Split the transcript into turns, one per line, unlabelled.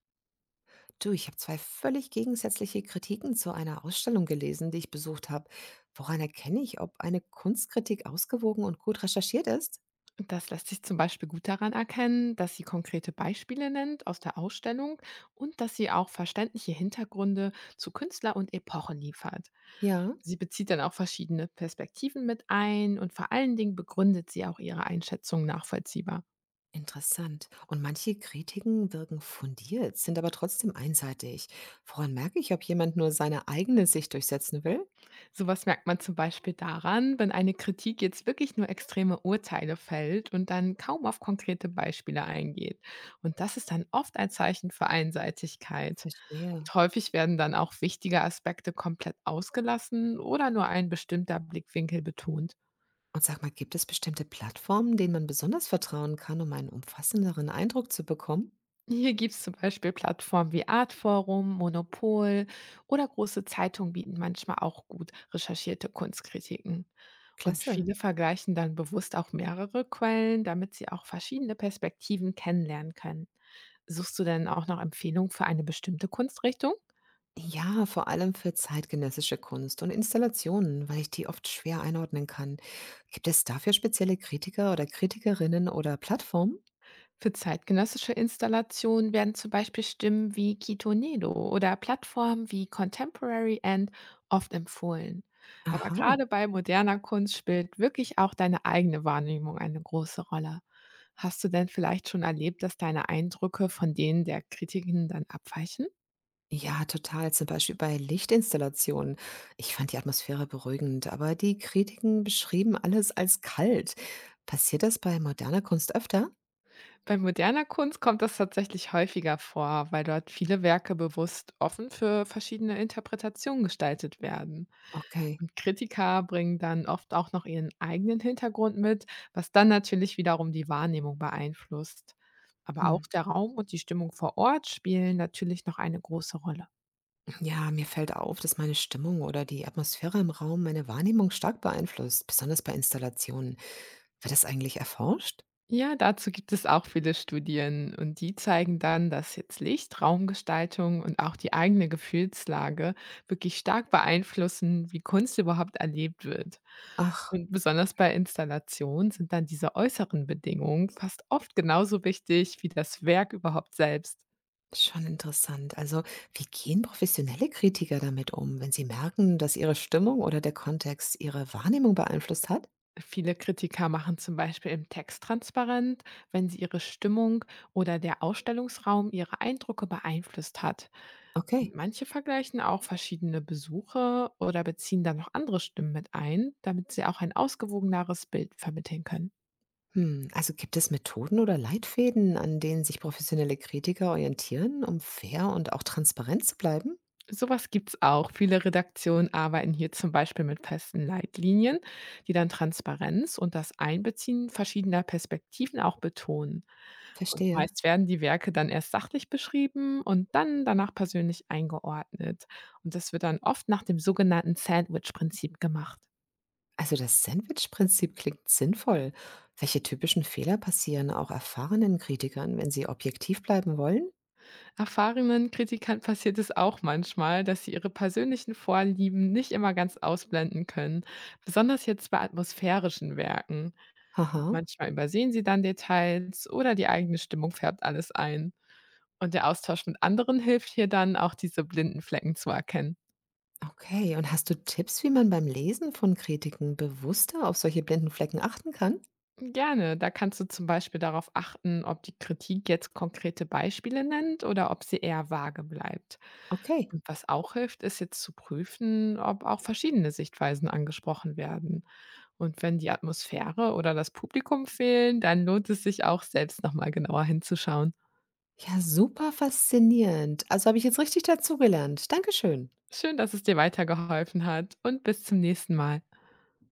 Du, ich habe zwei völlig gegensätzliche Kritiken zu einer Ausstellung gelesen, die ich besucht habe. Woran erkenne ich, ob eine Kunstkritik ausgewogen und gut recherchiert ist?
Das lässt sich zum Beispiel gut daran erkennen, dass sie konkrete Beispiele nennt aus der Ausstellung und dass sie auch verständliche Hintergründe zu Künstler und Epochen liefert.
Ja,
Sie bezieht dann auch verschiedene Perspektiven mit ein und vor allen Dingen begründet sie auch ihre Einschätzung nachvollziehbar.
interessant. Und manche Kritiken wirken fundiert, sind aber trotzdem einseitig. Woran merke ich, ob jemand nur seine eigene Sicht durchsetzen will?
Sowas merkt man zum Beispiel daran, wenn eine Kritik jetzt wirklich nur extreme Urteile fällt und dann kaum auf konkrete Beispiele eingeht. Und das ist dann oft ein Zeichen für Einseitigkeit.
Verstehe.
Häufig werden dann auch wichtige Aspekte komplett ausgelassen oder nur ein bestimmter Blickwinkel betont.
Und sag mal, gibt es bestimmte Plattformen, denen man besonders vertrauen kann, um einen umfassenderen Eindruck zu bekommen?
Hier gibt es zum Beispiel Plattformen wie Artforum, Monopol oder große Zeitungen bieten manchmal auch gut recherchierte Kunstkritiken. Und
Klasse.
viele vergleichen dann bewusst auch mehrere Quellen, damit sie auch verschiedene Perspektiven kennenlernen können. Suchst du denn auch noch Empfehlungen für eine bestimmte Kunstrichtung?
Ja, vor allem für zeitgenössische Kunst und Installationen, weil ich die oft schwer einordnen kann. Gibt es dafür spezielle Kritiker oder Kritikerinnen oder Plattformen?
Für zeitgenössische Installationen werden zum Beispiel Stimmen wie Kitonedo oder Plattformen wie Contemporary End oft empfohlen. Aber
Aha.
gerade bei moderner Kunst spielt wirklich auch deine eigene Wahrnehmung eine große Rolle. Hast du denn vielleicht schon erlebt, dass deine Eindrücke von denen der Kritiken dann abweichen?
Ja, total. Zum Beispiel bei Lichtinstallationen. Ich fand die Atmosphäre beruhigend, aber die Kritiken beschrieben alles als kalt. Passiert das bei moderner Kunst öfter?
Bei moderner Kunst kommt das tatsächlich häufiger vor, weil dort viele Werke bewusst offen für verschiedene Interpretationen gestaltet werden.
Okay.
Und Kritiker bringen dann oft auch noch ihren eigenen Hintergrund mit, was dann natürlich wiederum die Wahrnehmung beeinflusst. Aber
Hm.
auch der Raum und die Stimmung vor Ort spielen natürlich noch eine große Rolle.
Ja, mir fällt auf, dass meine Stimmung oder die Atmosphäre im Raum meine Wahrnehmung stark beeinflusst, besonders bei Installationen. Wird das eigentlich erforscht?
Ja, dazu gibt es auch viele Studien, und die zeigen dann, dass jetzt Licht, Raumgestaltung und auch die eigene Gefühlslage wirklich stark beeinflussen, wie Kunst überhaupt erlebt wird.
Ach,
Und besonders bei Installationen sind dann diese äußeren Bedingungen fast oft genauso wichtig wie das Werk überhaupt selbst.
schon interessant. Also, wie gehen professionelle Kritiker damit um, wenn sie merken, dass ihre Stimmung oder der Kontext ihre Wahrnehmung beeinflusst hat?
Viele Kritiker machen zum Beispiel im Text transparent, wenn sie ihre Stimmung oder der Ausstellungsraum ihre Eindrücke beeinflusst hat.
Okay.
Und manche vergleichen auch verschiedene Besuche oder beziehen dann noch andere Stimmen mit ein, damit sie auch ein ausgewogeneres Bild vermitteln können.
Hm, also gibt es Methoden oder Leitfäden, an denen sich professionelle Kritiker orientieren, um fair und auch transparent zu bleiben?
Sowas gibt's auch. Viele Redaktionen arbeiten hier zum Beispiel mit festen Leitlinien, die dann Transparenz und das Einbeziehen verschiedener Perspektiven auch betonen. Und
Verstehe.
meist werden die Werke dann erst sachlich beschrieben und dann danach persönlich eingeordnet. Und das wird dann oft nach dem sogenannten Sandwich-Prinzip gemacht.
Also das Sandwich-Prinzip klingt sinnvoll. Welche typischen Fehler passieren auch erfahrenen Kritikern, wenn sie objektiv bleiben wollen?
Erfahrenen Kritikern passiert es auch manchmal, dass sie ihre persönlichen Vorlieben nicht immer ganz ausblenden können, besonders jetzt bei atmosphärischen Werken.
Haha.
Manchmal übersehen sie dann Details oder die eigene Stimmung färbt alles ein. Und der Austausch mit anderen hilft hier dann, auch diese blinden Flecken zu erkennen.
Okay, und hast du Tipps, wie man beim Lesen von Kritiken bewusster auf solche blinden Flecken achten kann?
Gerne, da kannst du zum Beispiel darauf achten, ob die Kritik jetzt konkrete Beispiele nennt oder ob sie eher vage bleibt.
Okay.
Und was auch hilft, ist jetzt zu prüfen, ob auch verschiedene Sichtweisen angesprochen werden. Und wenn die Atmosphäre oder das Publikum fehlen, dann lohnt es sich auch, selbst nochmal genauer hinzuschauen.
Ja, super faszinierend. Also habe ich jetzt richtig dazugelernt. Dankeschön.
Schön, dass es dir weitergeholfen hat, und bis zum nächsten Mal.